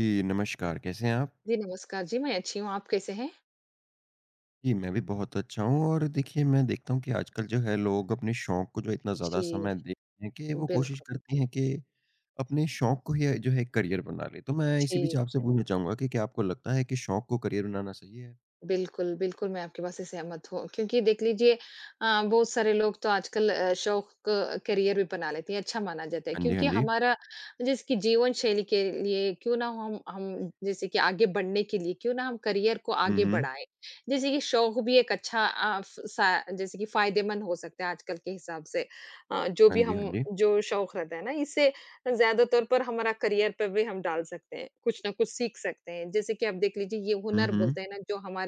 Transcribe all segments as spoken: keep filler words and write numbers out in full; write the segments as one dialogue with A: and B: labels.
A: जी, नमस्कार, कैसे हैं आप?
B: जी, नमस्कार जी, मैं अच्छी हूँ, आप कैसे हैं?
A: जी, मैं भी बहुत अच्छा हूँ और देखिए मैं देखता हूँ कि आजकल जो है लोग अपने शौक को जो इतना ज़्यादा
B: जी,
A: समय देते हैं कि वो कोशिश
B: बिल्कुल।
A: करते हैं कि अपने शौक को ही जो है एक करियर बना लें। तो मैं इसी बीच
B: जी,
A: आपसे पूछना चाहूँगा कि क्या आपको लगता है कि शौक को करियर बनाना सही है?
B: बिल्कुल, बिल्कुल, मैं आपकी बात से सहमत हूँ क्योंकि देख लीजिए अ, बहुत सारे लोग तो आजकल अ, शौक करियर भी बना लेते हैं, अच्छा माना जाता है
A: हाँ जी, हाँ
B: क्योंकि
A: जी।
B: हमारा जैसे कि जीवन शैली के लिए क्यों ना हम हम जैसे कि आगे बढ़ने के लिए क्यों ना हम करियर को
A: हुँ,
B: आगे
A: हुँ।
B: बढ़ाएँ। जैसे कि शौक भी एक अच्छा अ, फ सा जैसे कि फ़ायदेमंद हो सकता है आजकल के हिसाब से। अ, जो
A: हाँ
B: भी
A: जी, हाँ
B: हम
A: जी।
B: जो शौक रहता है ना इससे ज़्यादातर पर हमारा करियर पे भी हम डाल सकते हैं, कुछ ना कुछ सीख सकते हैं। जैसे कि आप देख लीजिए ये
A: हुँ,
B: हुनर
A: हुँ।
B: बोलते हैं ना जो हमारे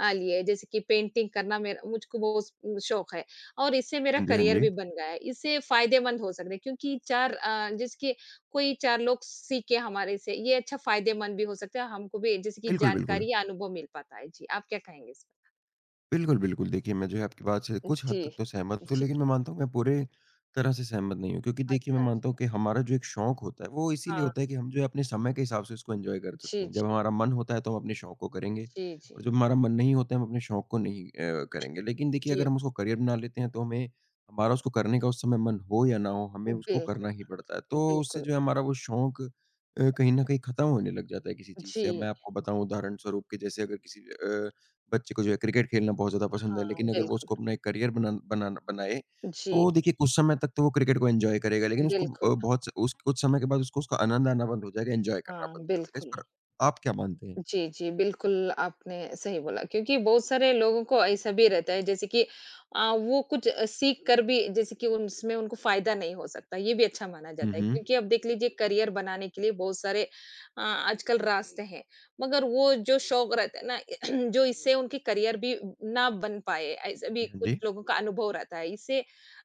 B: अ, लिए जैसे कि पेंटिंग करना मेरा मुझको बहुत उम, शौक है और इससे मेरा
A: हाँ जी, हाँ
B: करियर
A: जी।
B: भी बन गया है। इससे फ़ायदेमंद हो सकते हैं क्योंकि चार अ, जैसे कि कोई चार लोग सीखे हमारे से ये अच्छा फ़ायदेमंद भी हो सकता है, हमको भी जैसे कि
A: बिल्कुल, बिल्कुल।
B: जानकारी या अनुभव मिल पाता है। जी, आप क्या कहेंगे इस पर?
A: बिल्कुल, बिल्कुल। देखिए, मैं जो है आपकी बात से कुछ हद
B: जी।
A: तक तो सहमत हूँ,
B: जी,
A: लेकिन मैं मानता हूँ मैं पूरे तरह से सहमत नहीं हूँ क्योंकि देखिए मैं
B: अच्छा, अच्छा।
A: मानता हूँ कि हमारा जो एक शौक होता है, वो इसीलिए
B: हाँ,
A: होता है कि हम जो है अपने समय के हिसाब से उसको एन्जॉय कर सकते
B: जी,
A: हैं। जब
B: जी।
A: हमारा मन होता है तो हम अपने शौक को करेंगे
B: जी,
A: और
B: जी।
A: जब हमारा मन नहीं होता है हम अपने शौक को नहीं अ, करेंगे। लेकिन देखिए अगर
B: जी,
A: हम उसको करियर बना लेते हैं तो हमें हमारा उसको करने का उस समय मन हो या ना हो, हमें उसको करना
B: बिल्कुल,
A: ही पड़ता है। तो उससे
B: बिल्कुल।
A: जो है हमारा वो शौक अ, कहीं न कहीं खत्म होने लग जाता है किसी चीज़ से। अब
B: जी।
A: मैं आपको बताऊँ उदाहरण स्वरूप कि जैसे अगर किसी अ बच्चे को जो है क्रिकेट खेलना बहुत ज़्यादा पसंद है,
B: हाँ,
A: लेकिन अगर वो
B: बिल्कुल।
A: उसको अपना एक करियर बना बनाना बनाए,
B: जी,
A: तो देखिए कुछ समय तक तो वो क्रिकेट को एन्जॉय करेगा, लेकिन उसको
B: बिल्कुल।
A: अ, बहुत स उस कुछ समय के बाद उसको उसका आनंद आना बंद हो जाएगा, एन्जॉय करना बंद
B: हाँ,
A: कर देगा। इस
B: बिल्कुल।
A: पर आप क्या मानते हैं?
B: जी, जी, बिल्कुल आपने सही बोला क्योंकि बहुत सारे लोगों को ऐसा भी रहता है जैसे कि अ, वो कुछ अ, सीख कर भी जैसे कि उसमें उनको फ़ायदा नहीं हो सकता, ये भी अच्छा माना
A: हुँ,
B: जाता है
A: हुँ।
B: क्योंकि अब देख लीजिए करियर बनाने के लिए बहुत सारे अ, आजकल रास्ते हैं, मगर वो जो शौक रहता है ना जो इससे उनकी करियर भी ना बन पाए, ऐसा
A: जी,
B: भी
A: हाँ
B: कुछ
A: जी।
B: लोगों का अनुभव रहता है। इससे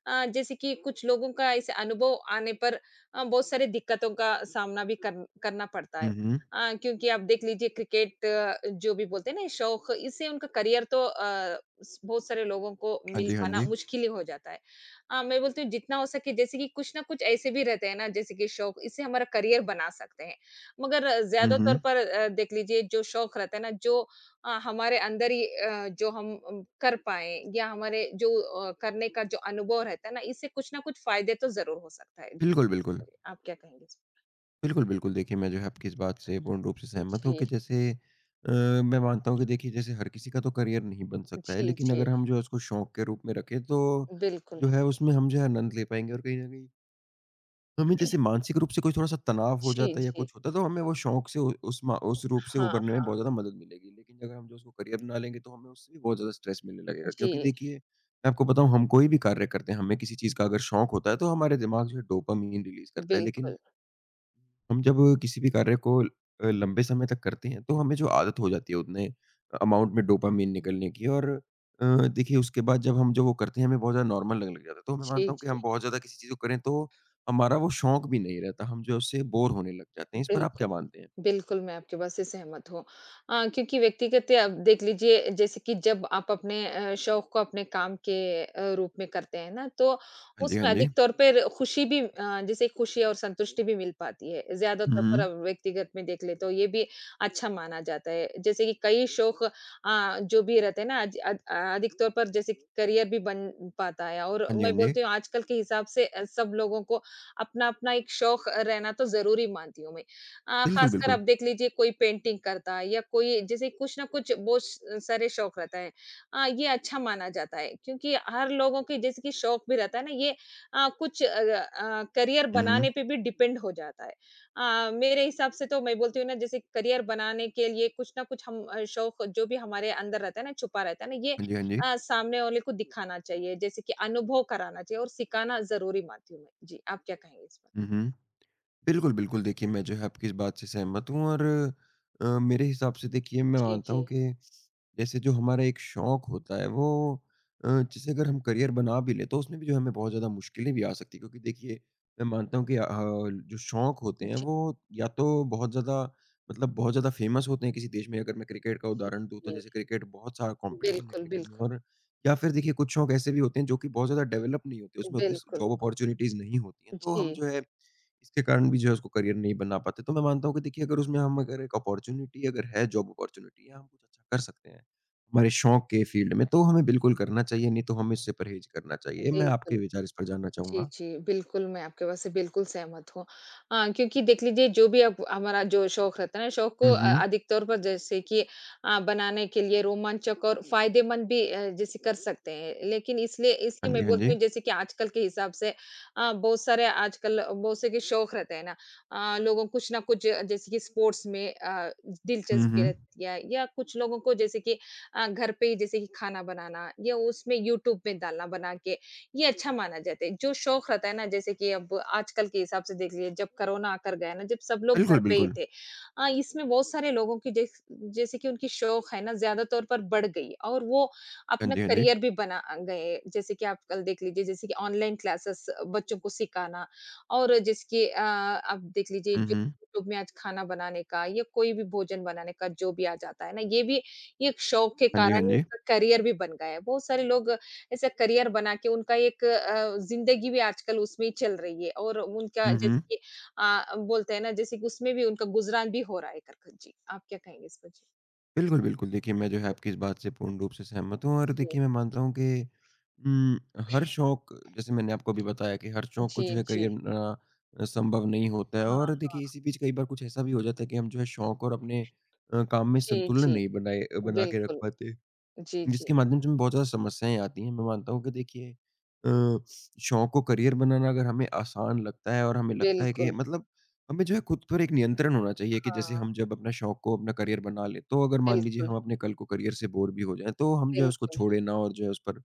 B: अ, जैसे कि कुछ लोगों का ऐसे अनुभव आने पर अ, बहुत सारी दिक्कतों का सामना भी कर करना पड़ता
A: हुँ,
B: है।
A: हुँ।
B: अ, क्योंकि आप देख लीजिए क्रिकेट अ, जो भी बोलते हैं ना ये शौक इससे उनका करियर तो अ, स- बहुत सारे लोगों को
A: हाँ
B: मिल
A: जी, हाँ
B: पाना
A: जी।
B: मुश्किल ही हो जाता है। अ, मैं बोलती हूँ जितना हो सके जैसे कि कुछ ना कुछ ऐसे भी रहते हैं ना जैसे कि शौक इससे हमारा करियर बना सकते हैं मगर अ,
A: हुँ,
B: ज्यादा तौर
A: हुँ।
B: पर अ, देख लीजिए जो शौक रहता है ना जो अ, हमारे अंदर ही अ, जो हम अम, कर पाए या हमारे जो अ, करने का जो अनुभव रहता है ना इससे कुछ ना कुछ फायदे तो जरूर हो सकता है।
A: बिल्कुल, बिल्कुल।
B: आप क्या कहेंगे इस पे?
A: बिल्कुल, बिल्कुल, देखिए मैं जो है आपकी इस बात से पूर्ण रूप से सहमत हूँ कि
B: जी
A: जैसे अ, मैं मानता हूँ कि देखिए जैसे हर किसी का तो करियर नहीं बन सकता है,
B: जी
A: लेकिन
B: जी
A: अगर हम जो है उसको शौक के रूप में रखें, तो
B: बिल्कुल
A: जो है उसमें हम जो है आनंद ले पाएँगे और कहीं न कहीं तो हमें जैसे मानसिक रूप से कोई थोड़ा-सा तनाव हो
B: जी,
A: जाता है या
B: जी।
A: कुछ होता है, तो हमें वो शौक से उ उस मा उस रूप से
B: हाँ,
A: उभरने में
B: हाँ।
A: बहुत ज़्यादा मदद मिलेगी। लेकिन अगर हम जो उसको करियर बना लेंगे, तो हमें उससे भी बहुत ज़्यादा स्ट्रेस मिलने लगेगा। क्योंकि
B: जी,
A: देखिए, मैं आपको बताऊँ हम कोई भी कार्य करते हैं, हमें किसी चीज़ का अगर शौक होता है, तो हमारे दिमाग जो है डोपामाइन रिलीज़ करता है। लेकिन
B: बिल्कुल।
A: हम जब किसी भी कार्य को अ, लंबे समय तक करते हैं, तो हमें जो आदत हो जाती है उतने अमाउंट में डोपामाइन निकलने की और अ, देखिए उसके बाद जब हम जो वो करते हैं हमें बहुत ज़्यादा नॉर्मल लगने लग जाता है। तो मैं
B: जी,
A: मानता हूँ कि हम
B: जी।
A: बहुत ज़्यादा किसी चीज़ को करें तो हमारा वो शौक भी नहीं रहता, हम जो है उससे बोर होने लग जाते हैं। इस पर आप क्या
B: बिल्कुल,
A: मानते हैं?
B: बिल्कुल, मैं आपकी बात से सहमत हूँ। अ, क्योंकि व्यक्तिगत आप देख लीजिए जैसे कि जब आप अपने अ, शौक को अपने काम के अ, रूप में करते हैं ना, तो
A: हाँ जी, हाँ
B: उसमें
A: जी।
B: अधिक तौर पर खुशी भी अ, जैसे खुशी और संतुष्टि भी मिल पाती है। ज़्यादा
A: हुँ,
B: तौर पर
A: हुँ।
B: अब व्यक्तिगत में देख ले तो ये भी अच्छा माना जाता है। जैसे कि कई शौक अ, जो भी रहते हैं ना आज अ, अधिक तौर पर जैसे कि करियर भी बन पाता है और
A: हाँ जी, हाँ
B: मैं
A: जी।
B: बोलती हूँ आजकल के हिसाब से अ, सब लोगों को अपना-अपना एक शौक रहना तो ज़रूरी मानती हूँ मैं। अ,
A: बिल्कुल,
B: खासकर
A: बिल्कुल।
B: आप देख लीजिए कोई पेंटिंग करता है या कोई जैसे कुछ ना कुछ बहुत स सारे शौक रहता है। अ, ये अच्छा माना जाता है क्योंकि हर लोगों के जैसे कि शौक भी रहता है ना ये अ, कुछ अ अ, करियर
A: हुँ, हुँ।
B: बनाने पे भी डिपेंड हो जाता है। अ, मेरे हिसाब से तो मैं बोलती हूँ ना जैसे करियर बनाने के लिए कुछ ना कुछ हम अ, शौक जो भी हमारे अंदर रहता है ना छुपा रहता है ना ये
A: हाँ जी, हाँ जी।
B: अ, सामने वाले को दिखाना चाहिए जैसे कि अनुभव कराना चाहिए और सिखाना ज़रूरी मानती हूँ मैं। जी, आप क्या कहेंगे इस पर?
A: हुँ, हुँ। बिल्कुल, बिल्कुल। देखिए, मैं जो है आपकी इस बात से सहमत हूँ और अ, मेरे हिसाब से देखिए मैं
B: जी,
A: मानता
B: जी।
A: हूँ कि जैसे जो हमारा एक शौक होता है वो अ, जैसे अगर हम करियर बना भी लें तो उसमें भी जो है हमें बहुत ज़्यादा मुश्किलें भी आ सकती हैं क्योंकि देखिए मैं मानता हूँ कि अ, जो शौक होते हैं
B: जी,
A: वो या तो बहुत ज़्यादा मतलब बहुत ज़्यादा फ़ेमस होते हैं किसी देश में। अगर मैं क्रिकेट का
B: जी,
A: उदाहरण दूँ तो
B: जी।
A: जैसे क्रिकेट बहुत सारा कॉम्पिटिशन है
B: बिल्कुल,
A: क्रिकेट में
B: बिल्कुल,
A: और या फिर देखिए कुछ शौक ऐसे भी होते हैं जो कि बहुत ज़्यादा डेवलप नहीं होते, उसमें उतनी स
B: बिल्कुल।
A: जॉब अपॉर्च्युनिटीज़ नहीं होती हैं। तो
B: जी,
A: हम जो है इसके कारण भी जो है उसको करियर नहीं बना पाते। तो मैं मानता हूँ कि देखिए अगर उसमें हम अगर एक अपॉर्च्युनिटी अगर है जॉब अपॉर्च्युनिटी या हम कुछ अच्छा कर सकते हैं, हमारे शौक के फील्ड में तो हमें बिल्कुल करना चाहिए, नहीं तो हमें इससे परहेज़ करना चाहिए। मैं आपके
B: बिल्कुल।
A: विचार इस पर जानना
B: जी,
A: चाहूँगा।
B: जी। बिल्कुल, मैं आपके बात से बिल्कुल सहमत हूँ। अ, क्योंकि देख लीजिए जो भी अब हमारा जो शौक रहता है ना, शौक को
A: हुँ,
B: अ,
A: हुँ।
B: अधिक तौर पर जैसे कि अ, बनाने के लिए रोमांचक और फ़ायदेमंद भी अ, जैसे कर सकते हैं। लेकिन इसलिए इसलिए
A: हाँ जी,
B: मैं
A: हाँ
B: बोलती
A: जी।
B: हूँ जैसे कि आजकल के हिसाब से अ, बहुत सारे आजकल बहुत से के शौक रहते हैं ना अ, लोगों को कुछ ना कुछ अ, जैसे कि स्पोर्ट्स में अ,
A: हुँ,
B: दिलचस्पी
A: हुँ।
B: रहती है या कुछ लोगों को जैसे कि अ, घर पे ही जैसे कि खाना बनाना या उसमें यूट्यूब में डालना बना के ये अच्छा माना जाता है। जो शौक रहता है ना जैसे कि अब आजकल के हिसाब से देख लीजिए जब कोरोना आकर गया ना, जब सब लोग
A: बिल्कुल,
B: घर पे ही
A: बिल्कुल।
B: थे। अ, इसमें बहुत सारे लोगों की जैस जैसे कि उनकी शौक है ना ज़्यादा तौर पर बढ़ गई और वो
A: हाँ
B: अपना
A: जी, हाँ जी।
B: करियर भी बना अ, गए। जैसे कि आप कल देख लीजिए जैसे कि ऑनलाइन क्लासेस बच्चों को सिखाना और जैसे कि अ, आप देख लीजिए
A: हुँ,
B: जो
A: हुँ।
B: यूट्यूब में आज खाना बनाने का या कोई भी भोजन बनाने का जो भी आ जाता है ना, ये भी ये एक शौक के
A: हाँ जी, हाँ
B: कारण ही
A: जी।
B: उनका करियर भी बन गया है। बहुत सारे लोग ऐसा करियर बना के उनका एक अ, ज़िंदगी भी आजकल उसमें ही चल रही है और उनका
A: हुँ, हुँ।
B: जैसे कि अ, बोलते हैं ना जैसे कि उसमें भी उनका गुज़रान भी हो रहा है करके। जी, आप क्या कहेंगे इस पर? जी।
A: बिल्कुल, बिल्कुल। देखिए, मैं जो है आपकी इस बात से पूर्ण रूप से सहमत हूँ और देखिए मैं मानता हूँ कि उम, हर शौक जैसे मैंने आपको अभी बताया कि हर
B: जी,
A: शौक को जो
B: जी,
A: है करियर
B: जी।
A: बनाना अ, संभव नहीं होता है
B: हाँ,
A: और देखिए इसी
B: हाँ।
A: बीच कई बार कुछ ऐसा भी हो जाता है कि हम जो है शौक और अपने अ, काम में
B: जी,
A: संतुलन
B: जी,
A: नहीं बनाए बना के रख
B: बिल्कुल।
A: पाते।
B: जी, जी,
A: जिसके माध्यम से हमें बहुत ज़्यादा समस्याएँ आती हैं। मैं मानता हूँ कि देखिए अ, शौक को करियर बनाना अगर हमें आसान लगता है और हमें लगता है कि
B: बिल्कुल।
A: मतलब हमें जो है खुद पर एक नियंत्रण होना चाहिए कि जैसे
B: हाँ,
A: हम जब अपना शौक को अपना करियर बना लें, तो अगर मान लीजिए
B: बिल्कुल,
A: हम अपने कल को करियर से बोर भी हो जाएँ, तो हम जो है उसको
B: बिल्कुल।
A: छोड़े ना और जो है उस पर अ,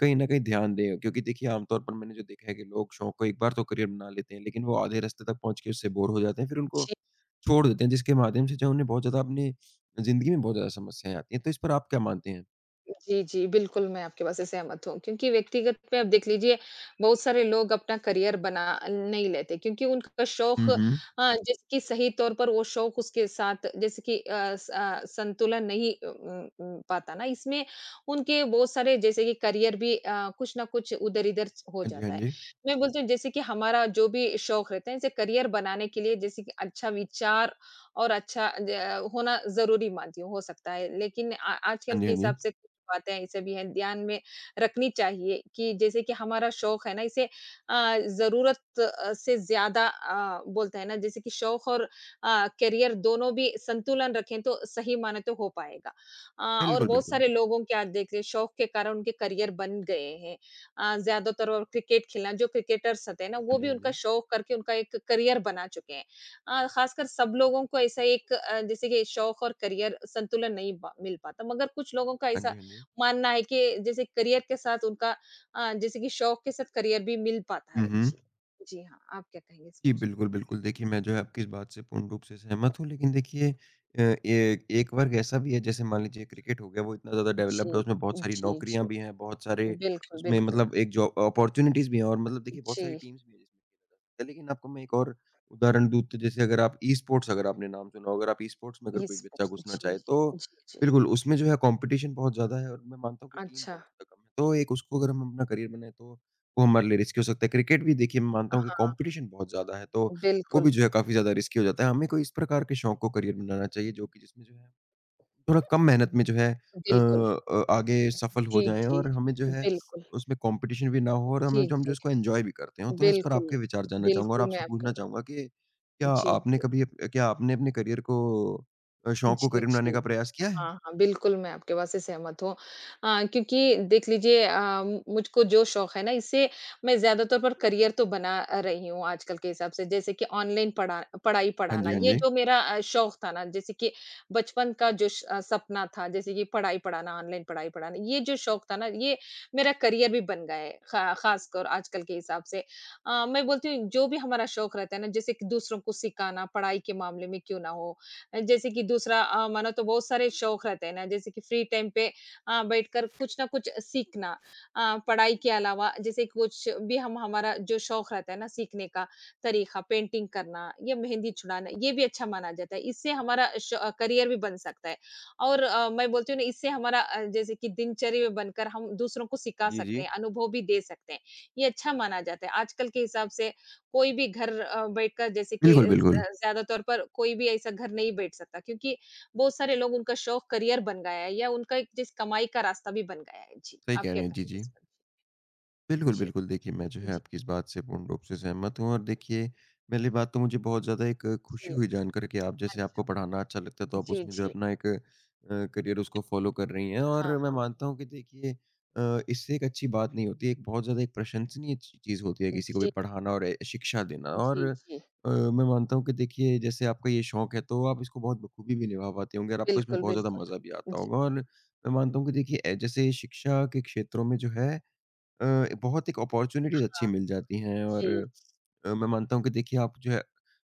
A: कहीं न कहीं ध्यान दें। क्योंकि देखिए आमतौर पर मैंने जो देखा है कि लोग शौक को एक बार तो करियर बना लेते हैं, लेकिन वो आधे रास्ते तक पहुँच के उससे बोर हो जाते हैं, फिर उनको
B: जी।
A: छोड़ देते हैं, जिसके माध्यम से जो है उन्हें बहुत ज़्यादा अपनी ज़िंदगी में बहुत ज़्यादा समस्याएँ आती हैं। तो इस पर आप क्या मानते हैं?
B: जी, जी, बिल्कुल, मैं आपकी बात से सहमत हूँ क्योंकि व्यक्तिगत पे आप देख लीजिए बहुत सारे लोग अपना करियर बना नहीं लेते क्योंकि उनका शौक
A: हुँ,
B: अ,
A: हुँ।
B: जैसे कि सही तौर पर वो शौक उसके साथ जैसे कि अ, स अ, संतुलन नहीं अ, उम उम, पाता ना इसमें उनके बहुत सारे जैसे कि करियर भी अ, कुछ न कुछ उधर-इधर च हो
A: हाँ जी, हाँ
B: जाता है।
A: जी।
B: मैं बोलती हूँ जैसे कि हमारा जो भी शौक रहता है जैसे करियर बनाने के लिए जैसे कि अच्छा विचार और अच्छा ज होना ज़रूरी मानती हूँ, हो सकता है लेकिन आ आजकल
A: हाँ जी,
B: के
A: हाँ जी।
B: हिसाब से बातें ऐसे भी हैं, ध्यान में रखनी चाहिए कि जैसे कि हमारा शौक है ना इसे अ, ज़रूरत अ, से ज़्यादा अ, बोलते हैं ना जैसे कि शौक और अ, करियर दोनों भी संतुलन रखें तो सही माने तो हो पाएगा। अ, और
A: बिल्कुल,
B: बहुत
A: बिल्कुल।
B: सारे लोगों के आज देख रहे शौक के कारण उनके करियर बन गए हैं। अ, ज़्यादातर और क्रिकेट खेलना जो क्रिकेटर्स होते हैं ना
A: हाँ
B: वो
A: जी,
B: भी
A: हाँ
B: उनका
A: जी।
B: शौक करके उनका एक करियर बना चुके हैं। अ, ख़ासकर सब लोगों को ऐसा एक अ, जैसे कि शौक और करियर संतुलन नहीं ब मिल पाता मगर कुछ लोगों का
A: हाँ जी,
B: ऐसा
A: हाँ जी।
B: मानना है कि जैसे करियर के साथ उनका अ, जैसे कि शौक के साथ करियर भी मिल पाता
A: हुँ,
B: है।
A: हुँ।
B: जी। जी हाँ, आप क्या कहेंगे इस
A: जी,
B: पर?
A: बिल्कुल, बिल्कुल। देखिए, मैं जो है आपकी इस बात से पूर्ण रूप से सहमत हूँ, लेकिन देखिए अ, ए एक वर्ग ऐसा भी है जैसे मान लीजिए क्रिकेट हो गया, वो इतना ज़्यादा
B: जी।
A: डेवलप्ड है, उसमें बहुत
B: जी,
A: सारी
B: जी,
A: नौकरियाँ
B: जी।
A: भी हैं, बहुत सारे
B: बिल्कुल,
A: उसमें
B: बिल्कुल।
A: मतलब एक जॉब अपॉर्च्युनिटीज़ भी हैं और मतलब देखिए बहुत सारी
B: जी,
A: टीम्स भी हैं जिसमें खेला जा सकता है। लेकिन आपको मैं एक और उदाहरण दूँ तो जैसे अगर आप ई-स्पोर्ट्स अगर आपने नाम सुना हो, अगर आप ई-स्पोर्ट्स में अगर
B: ये
A: कोई बच्चा
B: स्पोर्ट्स
A: घुसना
B: जी,
A: चाहे तो
B: जी, जी।
A: बिल्कुल, उसमें जो है कॉम्पिटिशन बहुत ज़्यादा है और मैं मानता हूँ कि टीम
B: अच्छा,
A: बहुत ज़्यादा कम है। तो एक उसको अगर हम अपना करियर बनाएँ तो वो हमारे लिए रिस्की हो सकता है। क्रिकेट भी देखिए मैं मानता हूँ कि
B: हाँ,
A: कॉम्पिटिशन बहुत ज़्यादा है, तो वो भी
B: बिल्कुल,
A: जो है काफ़ी ज़्यादा रिस्की हो जाता है। हमें कोई इस प्रकार के शौक को करियर बनाना चाहिए जो कि जिसमें जो है थोड़ा कम मेहनत में जो है अ
B: बिल्कुल।
A: अ, आगे सफल हो
B: जी,
A: जाएँ
B: जी,
A: और हमें जो है
B: बिल्कुल।
A: उसमें कॉम्पिटिशन भी ना हो और हमें
B: जी,
A: जो हम जो
B: जी,
A: इसको एन्जॉय भी करते हों। तो मैं इस पर
B: बिल्कुल,
A: आपके विचार जानना चाहूँगा और
B: बिल्कुल मैं
A: आपसे पूछना
B: आपको
A: चाहूँगा कि क्या
B: जी,
A: आपने
B: जी।
A: कभी अप क्या आपने अपने करियर को अ, शौक को
B: जी,
A: करियर बनाने
B: जी।
A: का प्रयास किया है?
B: हाँ, हाँ, बिल्कुल, मैं आपके बात से सहमत हूँ। अ, क्योंकि देख लीजिए अ, मुझको जो शौक है ना, इससे मैं ज़्यादा तौर पर करियर तो बना रही हूँ आजकल के हिसाब से, जैसे कि ऑनलाइन पढ़ा पढ़ाई
A: हाँ जी,
B: पढ़ाना,
A: हाँ
B: ये
A: जी।
B: जो मेरा अ, शौक था ना, जैसे कि बचपन का जो श अ, सपना था, जैसे कि पढ़ाई पढ़ाना, ऑनलाइन पढ़ाई पढ़ाना, ये जो शौक था ना, ये मेरा करियर भी बन गया है, खा ख़ासकर आजकल के हिसाब से। अ, मैं बोलती हूँ, जो भी हमारा शौक रहता है ना, जैसे कि दूसरों को सिखाना, पढ़ाई के मामले में क्यों ना हो, जैसे कि दूसरा अ, मानो तो बहुत सारे शौक रहते हैं ना जैसे कि फ्री टाइम पे अ, बैठकर कुछ ना कुछ सीखना अ, पढ़ाई के अलावा जैसे कुछ भी हम हमारा जो शौक रहता है ना सीखने का तरीका पेंटिंग करना या मेहंदी छुड़ाना ये भी अच्छा माना जाता है इससे हमारा करियर भी बन सकता है और अ, मैं बोलती हूँ ना इससे हमारा अ, जैसे कि दिनचर्या में बनकर हम दूसरों को सिखा
A: जी, जी।
B: सकते हैं अनुभव भी दे सकते हैं ये अच्छा माना जाता है आजकल के हिसाब से कोई भी घर अ, बैठकर जैसे कि
A: बिल्कुल,
B: अ,
A: बिल्कुल।
B: ज़्यादा तौर पर कोई भी ऐसा घर नहीं बैठ सकता क्योंकि बहुत सारे लोग उनका शौक करियर बन गया है या उनका एक जिस कमाई का रास्ता भी बन गया है। जी,
A: सही
B: आप
A: कह रहे
B: क्या
A: हैं। जी,
B: कहेंगे
A: जी।
B: इस पर?
A: बिल्कुल,
B: जी,
A: बिल्कुल। देखिए, मैं जो है
B: जी,
A: आपकी इस बात से पूर्ण रूप से सहमत हूँ और देखिए, पहली बात तो मुझे बहुत ज़्यादा एक खुशी
B: जी।
A: हुई जानकर कि आप जैसे
B: अच्छा।
A: आपको पढ़ाना अच्छा लगता है, तो आप
B: जी,
A: उसमें जो है
B: जी।
A: अपना एक अ, करियर उसको फ़ॉलो कर रही हैं और
B: हाँ,
A: मैं
B: हाँ।
A: मानता हूँ कि देखिए अ, इससे एक अच्छी बात नहीं होती है, एक बहुत ज़्यादा एक प्रशंसनीय ची चीज़ होती है किसी को भी
B: जी,
A: पढ़ाना और ए, शिक्षा देना और
B: जी, जी।
A: अ, मैं मानता हूँ कि देखिए जैसे आपका ये शौक है, तो आप इसको बहुत बखूबी भी निभा पाते होंगे और आपको इसमें
B: बिल्कुल,
A: बहुत ज़्यादा
B: बिल्कुल।
A: मज़ा भी आता
B: जी,
A: होगा और मैं मानता हूँ कि देखिए ए, जैसे शिक्षा के क्षेत्रों में जो है अ, बहुत एक अपॉर्च्युनिटीज़ अच्छी
B: हाँ।
A: मिल जाती हैं और
B: जी,
A: अ, मैं मानता हूँ कि देखिए आप जो है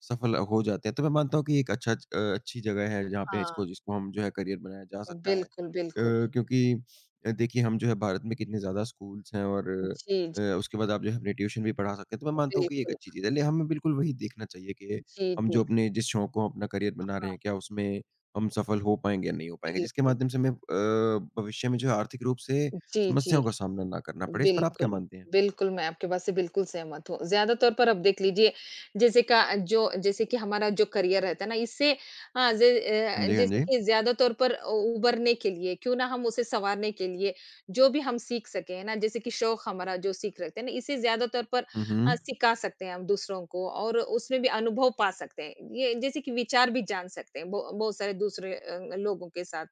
A: सफल हो जाते हैं। तो मैं मानता हूँ कि एक अच्छा अ, अच्छी जगह है जहाँ पे
B: हाँ।
A: इसको जिसको हम जो है करियर बनाया जा सकता है। अ,
B: बिल्कुल, बिल्कुल।
A: क्योंकि अ, देखिए हम जो है भारत में कितने ज़्यादा स्कूल्स हैं और
B: जी,
A: अ,
B: जी।
A: उसके बाद आप जो है अपने ट्यूशन भी पढ़ा सकते हैं। तो मैं मानता हूँ कि ये एक
B: बिल्कुल।
A: अच्छी चीज़ है। ले हमें बिल्कुल वही देखना चाहिए कि
B: जी,
A: हम
B: जी।
A: जो अपने जिस शौक को अपना करियर बना रहे
B: हाँ,
A: हैं, क्या उसमें हम सफल हो पाएँगे या नहीं हो पाएँगे। जिसके
B: बिल्कुल।
A: माध्यम से हमें अ, भविष्य में जो है आर्थिक रूप से
B: जी, जी।
A: समस्याओं का सामना ना करना पड़े। इस पर आप क्या
B: बिल्कुल,
A: मानते हैं?
B: बिल्कुल, मैं आपके बात से बिल्कुल सहमत हूँ। ज़्यादा तौर पर आप देख लीजिए जैसे का जो जैसे कि हमारा जो करियर रहता है ना इससे हाँ, ज
A: हाँ
B: अ,
A: जी, हाँ
B: जैसे
A: जी।
B: कि ज़्यादा तौर पर उ उभरने के लिए क्यों ना हम उसे सँवारने के लिए जो भी हम सीख सकें, है ना? जैसे कि शौक हमारा जो सीख रखते हैं ना इसे ज़्यादा तौर पर
A: हुँ,
B: अ,
A: हुँ।
B: सिखा सकते हैं हम दूसरों को और उसमें भी अनुभव पा सकते हैं। ये जैसे कि विचार भी जान सकते हैं बहु बहुत सारे दूसरे अ, लोगों के साथ।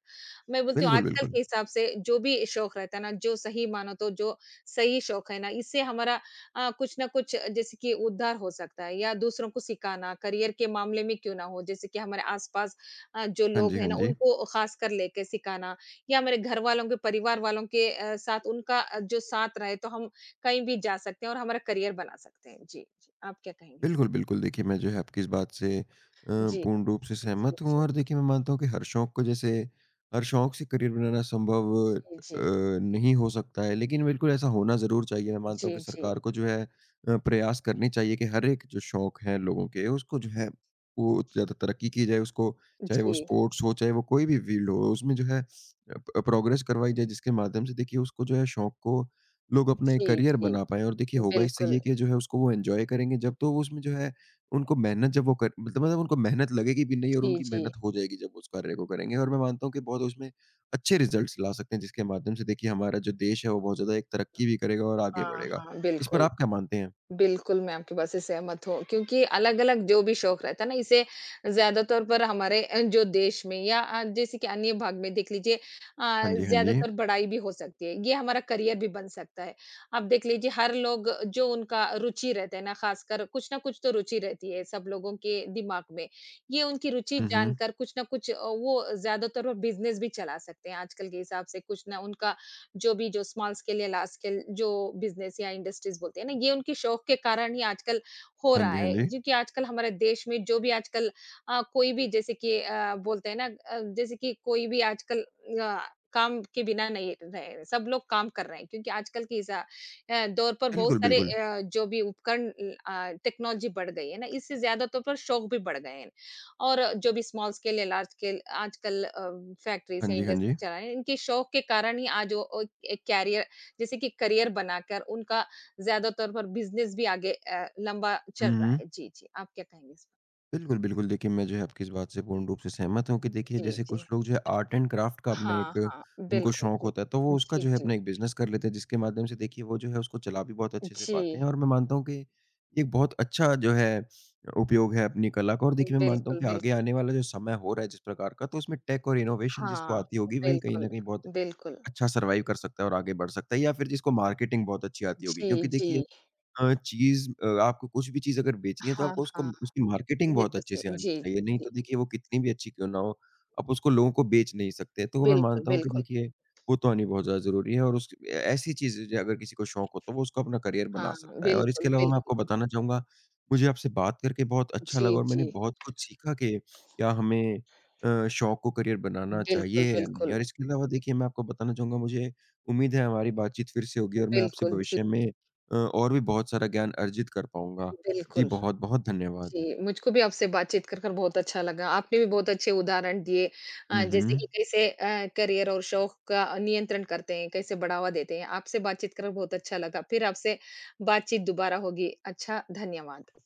B: मैं बोलती हूँ
A: बिल्कुल,
B: आजकल
A: बिल्कुल।
B: के हिसाब से जो भी शौक रहता है ना, जो सही मानो तो जो सही शौक है ना, इससे हमारा अ, कुछ ना कुछ जैसे कि उद्धार हो सकता है या दूसरों को सिखाना, करियर के मामले में क्यों ना हो, जैसे कि हमारे आस-पास अ, जो
A: हाँ जी,
B: लोग हैं
A: हाँ
B: ना,
A: जी।
B: उनको खासकर लेके सिखाना या हमारे घर वालों के, परिवार वालों के अ, साथ उनका अ, जो साथ रहे, तो हम कहीं भी जा सकते हैं और हमारा करियर बना सकते हैं। जी, जी, आप क्या कहेंगे?
A: बिल्कुल, बिल्कुल। देखिए, मैं जो है आपकी इस बात से अ,
B: जी,
A: पूर्ण रूप से
B: जी,
A: सहमत हूँ
B: जी,
A: और देखिए मैं मानता हूँ कि हर शौक को जैसे हर शौक से करियर बनाना संभव अ,
B: जी, जी,
A: नहीं हो सकता है, लेकिन बिल्कुल ऐसा होना ज़रूर चाहिए। मैं मानता हूँ
B: जी,
A: कि सरकार को जो है अ, प्रयास करने चाहिए कि हर एक जो शौक हैं लोगों के, उसको जो है वो ज़्यादा तरक्की की जाए, उसको
B: जी,
A: चाहे वो
B: जी,
A: स्पोर्ट्स हो, चाहे वो कोई भी फ़ील्ड हो, उसमें जो है अ, प प्रोग्रेस करवाई जाए जिसके माध्यम से देखिए उसको जो है शौक को लोग अपना एक
B: जी,
A: करियर
B: जी,
A: बना पाएँ और देखिए होगा इससे
B: बिल्कुल।
A: ये कि जो है उसको वो एन्जॉय करेंगे जब तो वो उसमें जो है उनको मेहनत जब वो कर मतलब मतलब उनको मेहनत लगेगी भी नहीं और
B: जी,
A: उनकी
B: जी।
A: मेहनत हो जाएगी जब वो उस कार्य को करेंगे और मैं मानता हूँ कि बहुत उसमें अच्छे रिज़ल्ट्स ला सकते हैं जिसके माध्यम से देखिए हमारा जो देश है वो बहुत ज़्यादा एक तरक्की भी करेगा और आगे
B: हाँ,
A: बढ़ेगा।
B: हाँ,
A: इस पर
B: बिल्कुल।
A: आप क्या मानते हैं?
B: बिल्कुल, मैं आपकी बात से सहमत हूँ क्योंकि अलग-अलग जो भी शौक रहता है ना, इसे ज़्यादा तौर पर हमारे अ, जो देश में या अ, जैसे कि अन्य भाग में देख लीजिए अ,
A: हाँ जी, हाँ जी।
B: ज़्यादातर बड़ाई भी हो सकती है। ये हमारा करियर भी बन सकता है। आप देख लीजिए हर लोग जो उनका रुचि रहता है ना, खासकर कुछ ना कुछ तो रुचि रहती है सब लोगों के दिमाग में। ये उनकी रुचि
A: हुँ, हुँ।
B: जानकर कुछ ना कुछ अ, वो ज़्यादातर वो बिज़नेस भी चला सकते हैं आजकल के हिसाब से। कुछ ना उनका जो भी जो स्मॉल स्केल या लार्ज स्केल जो बिजनेस या इंडस्ट्रीज बोलते हैं ना ये उनके शौक के कारण ही आजकल हो
A: हाँ
B: रहा
A: जी, हाँ
B: है
A: जी।
B: क्योंकि आजकल हमारे देश में जो भी आजकल अ, कोई भी जैसे कि अ, बोलते हैं ना अ, जैसे कि कोई भी आजकल अ, काम के बिना नहीं रहे सब लोग काम कर रहे हैं क्योंकि आजकल की इस, अ, अ, दौर पर बहुत
A: बिल्कुल,
B: सारे
A: बिल्कुल।
B: अ, जो भी उपकरण टेक्नोलॉजी बढ़ गई है ना इससे ज्यादा तौर पर शौक भी बढ़ गए हैं ना। और जो भी स्मॉल स्केल या लार्ज स्केल आजकल अ, फैक्ट्रीज़
A: हाँ
B: हैं,
A: जी, हाँ
B: इंडस्ट्री
A: जी।
B: चला है, इनके शौक के कारण ही आज वो अ, एक कैरियर जैसे कि करियर बनाकर उनका ज़्यादा तौर पर बिज़नेस भी आगे अ, लंबा चल
A: हुँ,
B: रहा
A: हुँ।
B: है। जी, जी, आप क्या कहेंगे इस पर?
A: बिल्कुल, बिल्कुल। देखिए, मैं जो है आपकी इस बात से पूर्ण रूप से सहमत हूँ कि देखिए
B: जी,
A: जैसे
B: जी।
A: कुछ लोग जो है आर्ट एंड क्राफ़्ट का अपना
B: हाँ,
A: एक
B: हाँ,
A: उनको
B: बिल्कुल,
A: शौक
B: जी।
A: होता है, तो वो उसका
B: जी,
A: जो है
B: जी।
A: अपना एक बिज़नेस कर लेते हैं जिसके माध्यम से देखिए वो जो है उसको चला भी बहुत अच्छे से पाते
B: जी,
A: हैं और मैं मानता हूँ कि एक बहुत अच्छा जो है उपयोग है अपनी कला का और देखिए मैं मानता हूँ
B: बिल्कुल,
A: कि आगे
B: बिल्कुल।
A: आने वाला जो समय हो रहा है जिस प्रकार का, तो उसमें टेक और इनोवेशन जिसको
B: हाँ,
A: आती होगी वही कहीं
B: बिल्कुल,
A: न कहीं बहुत एक
B: बिल्कुल।
A: अच्छा सर्वाइव कर सकता है और आगे बढ़ सकता है या फिर जिसको मार्केटिंग बहुत अच्छी आती होगी।
B: जी,
A: क्योंकि देखिए
B: जी।
A: अ, चीज़ अ, आपको कुछ भी चीज़ अगर बेचनी है तो
B: हाँ,
A: आपको उसको
B: हाँ,
A: उसकी मार्केटिंग
B: ये
A: बहुत
B: तो
A: अच्छे से
B: सही
A: आनी
B: जी, जी,
A: चाहिए, नहीं
B: जी।
A: तो देखिए वो कितनी भी अच्छी क्यों ना हो, आप उसको लोगों को बेच नहीं सकते। तो मैं
B: बिल्कुल,
A: मानता हूँ कि
B: बिल्कुल।
A: देखिए वो तो आनी बहुत ज़्यादा ज़रूरी है और उस ए ऐसी चीज़ें जो अगर किसी को शौक हो तो वो उसको अपना करियर बना
B: हाँ,
A: सकता है। और इसके
B: बिल्कुल,
A: अलावा मैं
B: बिल्कुल।
A: आपको बताना चाहूँगा, मुझे आपसे बात करके बहुत अच्छा
B: जी,
A: लगा और मैंने
B: जी।
A: बहुत कुछ सीखा कि क्या हमें अ, शौक को करियर बनाना
B: बिल्कुल,
A: चाहिए या नहीं।
B: बिल्कुल।
A: और इसके अलावा देखिए मैं आपको बताना चाहूँगा मुझे उम्मीद है हमारी बातचीत फिर से होगी और मैं आपसे
B: बिल्कुल, जी,
A: भविष्य में अ, और भी बहुत सारा ज्ञान अर्जित कर पाऊँगा। जी,
B: बिल्कुल।
A: बहुत-बहुत धन्यवाद।
B: जी, मुझको भी आपसे बातचीत कर कर बहुत अच्छा लगा। आपने भी बहुत अच्छे उदाहरण दिए अ,
A: हुँ,
B: जैसे
A: हुँ।
B: कि कैसे अ, करियर और शौक का नियंत्रण करते हैं, कैसे बढ़ावा देते हैं। आपसे बातचीत कर बहुत अच्छा लगा। फिर आपसे बातचीत दोबारा होगी। अच्छा, धन्यवाद।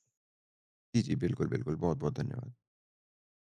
A: जी, जी, बिल्कुल, बिल्कुल। बहुत-बहुत धन्यवाद।